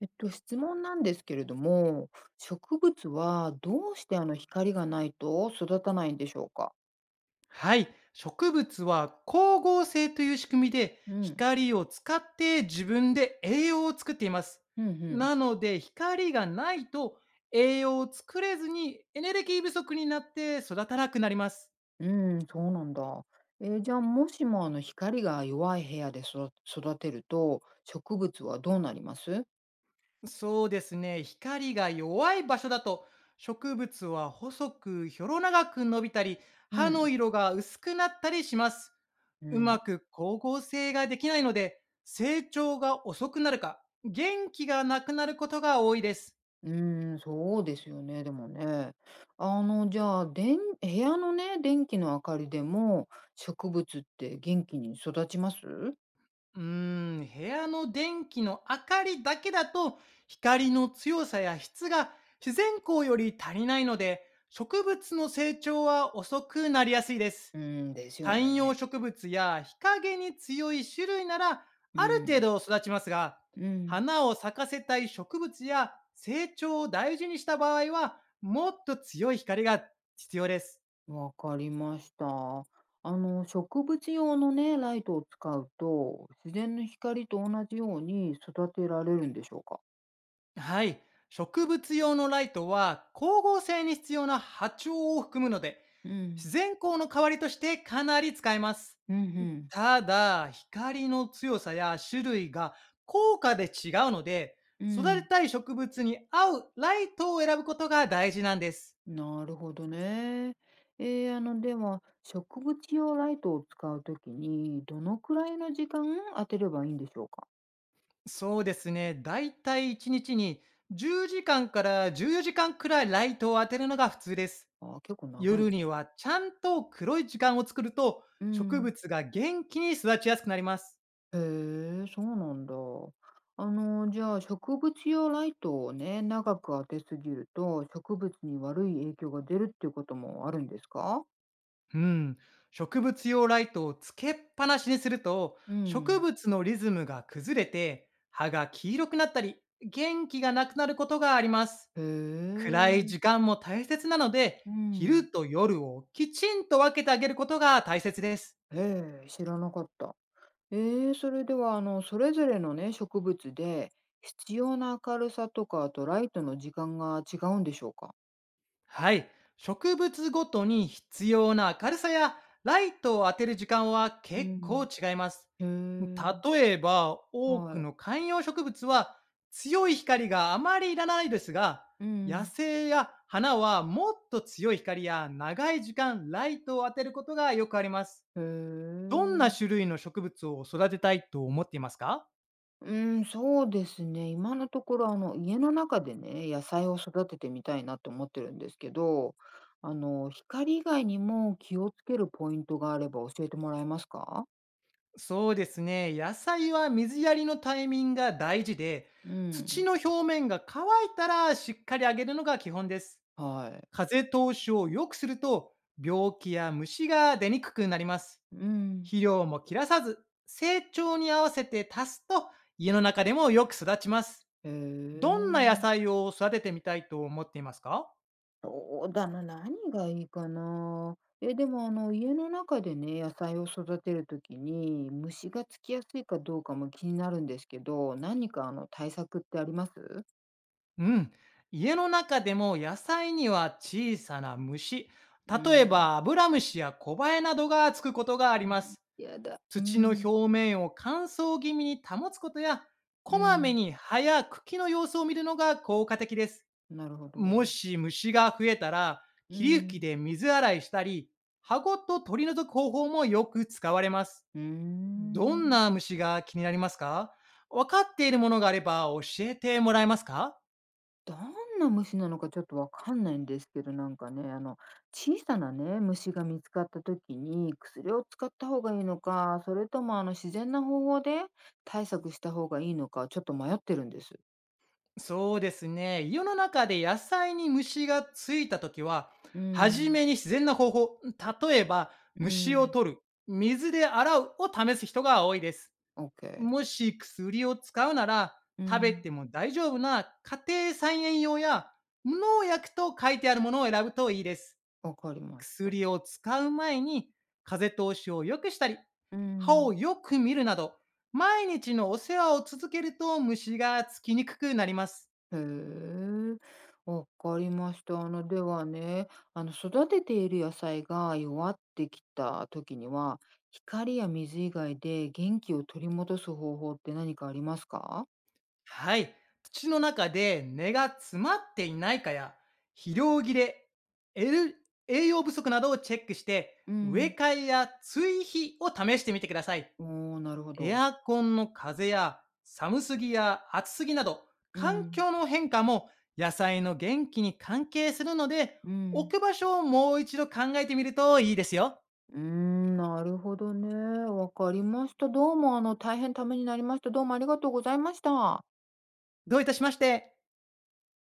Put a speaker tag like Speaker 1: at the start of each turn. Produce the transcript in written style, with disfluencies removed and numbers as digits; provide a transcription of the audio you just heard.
Speaker 1: 質問なんですけれども、植物はどうして光がないと育たないんでしょうか？
Speaker 2: はい。植物は光合成という仕組みで
Speaker 1: うん。
Speaker 2: 光を使って自分で栄養を作っています。
Speaker 1: うんうん。
Speaker 2: なので光がないと栄養を作れずにエネルギー不足になって育たなくなります。
Speaker 1: うん、そうなんだ。じゃあ、もしも光が弱い部屋で育てると、植物はどうなります？
Speaker 2: そうですね。光が弱い場所だと、植物は細くひょろ長く伸びたり、
Speaker 1: う
Speaker 2: 葉の
Speaker 1: ん。
Speaker 2: 色が薄くなったりします。
Speaker 1: う
Speaker 2: う
Speaker 1: ん。
Speaker 2: まく光合成ができないので、成長が遅くなるか、元気がなくなることが多いです。
Speaker 1: うん、そうですよね、でもね。あの、じゃあ、部屋のね、電気の明かりでも植物って元気に育ちます？
Speaker 2: うーん、部屋の電気の明かりだけだと、光の強さや質が自然光より足りないので、植物の成長は遅くなりやすいです。
Speaker 1: うん、ですよ
Speaker 2: 観葉
Speaker 1: ね。
Speaker 2: 植物や日陰に強い種類なら
Speaker 1: う
Speaker 2: ある程
Speaker 1: ん。
Speaker 2: 度育ちますが、
Speaker 1: うん。
Speaker 2: 花を咲かせたい植物や成長を大事にした場合は、もっと強い光が必要です。
Speaker 1: わかりました。あの、植物用のね、ライトを使うと、自然の光と同じように育てられるんでしょうか。
Speaker 2: はい。植物用のライトは光合成に必要な波長を含むので、
Speaker 1: うん、
Speaker 2: 自然光の代わりとしてかなり使えます。
Speaker 1: うん、うん、
Speaker 2: ただ、光の強さや種類が効果で違うので、
Speaker 1: う
Speaker 2: 育て
Speaker 1: ん。
Speaker 2: たい植物に合うライトを選ぶことが大事なんです。
Speaker 1: なるほどね。あの、では、植物用ライトを使うときに、どのくらいの時間当てればいいんでしょうか。
Speaker 2: そうですね。だいたい1日に10時間から14時間くらいライトを当てるのが普通です。
Speaker 1: あー、結構長い
Speaker 2: 夜
Speaker 1: な。
Speaker 2: にはちゃんと黒い時間を作ると、
Speaker 1: う
Speaker 2: 植
Speaker 1: ん。
Speaker 2: 物が元気に育ちやすくなります。
Speaker 1: へえ、そうなんだ。あの、じゃあ植物用ライトをね、長く当てすぎると植物に悪い影響が出るっていうこともあるんですか。
Speaker 2: うん、植物用ライトをつけっぱなしにすると、
Speaker 1: う
Speaker 2: 植
Speaker 1: ん。
Speaker 2: 物のリズムが崩れて葉が黄色くなったり、元気がなくなることがあります。
Speaker 1: へ
Speaker 2: 暗い
Speaker 1: え、
Speaker 2: 時間も大切なので、
Speaker 1: うん。
Speaker 2: 昼と夜をきちんと分けてあげることが大切です。
Speaker 1: へえ、知らなかった。ええ、それでは、あの、それぞれのね、植物で必要な明るさとか、あとライトの時間が違うんでしょうか。
Speaker 2: はい。植物ごとに必要な明るさやライトを当てる時間は
Speaker 1: う
Speaker 2: 結構
Speaker 1: ん。
Speaker 2: 違います。
Speaker 1: へえ、
Speaker 2: 例えば、多く
Speaker 1: はい。
Speaker 2: の観葉植物は強い光があまりいらないですが、
Speaker 1: う
Speaker 2: 野
Speaker 1: ん。
Speaker 2: 生や花はもっと強い光や長い時間ライトを当てることがよくあります。
Speaker 1: へ
Speaker 2: どんな
Speaker 1: え。
Speaker 2: 種類の植物を育てたいと思っていますか？
Speaker 1: そうですね。今のところ、あの、家の中でね、野菜を育ててみたいなと思ってるんですけど、あの、光以外にも気をつけるポイントがあれば教えてもらえますか？
Speaker 2: そうですね。野菜は水やりのタイミングが大事で、
Speaker 1: う
Speaker 2: 土
Speaker 1: ん。
Speaker 2: の表面が乾いたらしっかり上げるのが基本です。
Speaker 1: はい。
Speaker 2: 風通しを良くすると、病気や虫が出にくくなります。
Speaker 1: うん。
Speaker 2: 肥料も切らさず、成長に合わせて足すと、家の中でもよく育ちます。
Speaker 1: へ
Speaker 2: どんな野
Speaker 1: え。
Speaker 2: 菜を育ててみたいと思っていますか？
Speaker 1: そうだな、何がいいかな。え、でも、あの、家の中でね、野菜を育てるときに、虫がつきやすいかどうかも気になるんですけど、何か、あの、対策ってあります？
Speaker 2: うん。家の中でも野菜には小さな虫、
Speaker 1: う
Speaker 2: 例え
Speaker 1: ん。
Speaker 2: ばアブラムシやコバエなどがつくことがあり
Speaker 1: う
Speaker 2: ま
Speaker 1: ん、
Speaker 2: す。
Speaker 1: やだ。う
Speaker 2: 土の
Speaker 1: ん、
Speaker 2: 表面を乾燥気味に保つことや、
Speaker 1: う
Speaker 2: こまめ
Speaker 1: ん、
Speaker 2: に葉や茎の様子を見るのが効果的です。
Speaker 1: なるほ
Speaker 2: も
Speaker 1: ど。
Speaker 2: し虫が増えたら、
Speaker 1: う
Speaker 2: 霧吹き
Speaker 1: ん、
Speaker 2: で水洗いしたり、葉ごと取り除く方法もよく使われます。
Speaker 1: うー
Speaker 2: どん
Speaker 1: ん。
Speaker 2: な虫が気になりますか？分かっているものがあれば教えてもらえますか？
Speaker 1: どんな虫なのかちょっとわかんないんですけど、なんかね、あの、小さなね、虫が見つかった時に薬を使った方がいいのか、それとも自然な方法で対策した方がいいのか、ちょっと迷ってるんです。
Speaker 2: そうですね。家の中で野菜に虫がついたときは、
Speaker 1: う
Speaker 2: はじ
Speaker 1: ん、
Speaker 2: めに自然な方法、例えば
Speaker 1: う
Speaker 2: 虫を
Speaker 1: ん、
Speaker 2: 取る、水で洗うを試す人が多いです。
Speaker 1: オッケ
Speaker 2: も
Speaker 1: ー。
Speaker 2: し薬を使うなら、
Speaker 1: う
Speaker 2: 食べ
Speaker 1: ん、
Speaker 2: ても大丈夫な家庭菜園用や無農薬と書いてあるものを選ぶといいです。
Speaker 1: わかりました。
Speaker 2: 薬を使う前に風通しを良くしたり、
Speaker 1: う
Speaker 2: 歯を
Speaker 1: ん。
Speaker 2: よく見るなど、毎日のお世話を続けると虫がつきにくくなります。
Speaker 1: へえ、わかりました。あの、ではね、あの、育てている野菜が弱ってきた時には、光や水以外で元気を取り戻す方法って何かありますか。
Speaker 2: はい。土の中で根が詰まっていないかや、肥料切れ、栄栄養不足などをチェックして、
Speaker 1: う
Speaker 2: 植え
Speaker 1: ん、
Speaker 2: 替えや追肥を試してみてください。
Speaker 1: おー、なるほ
Speaker 2: エ
Speaker 1: ど。
Speaker 2: アコンの風や寒すぎや暑すぎなど、
Speaker 1: う
Speaker 2: 環
Speaker 1: ん、
Speaker 2: 境の変化も野菜の元気に関係するので、
Speaker 1: うん。
Speaker 2: 置く場所をもう一度考えてみるといいですよ。
Speaker 1: うーん、なるほどね。わかりました。どうも、あの、大変ためになりました。どうもありがとうございました。
Speaker 2: どういたしまして。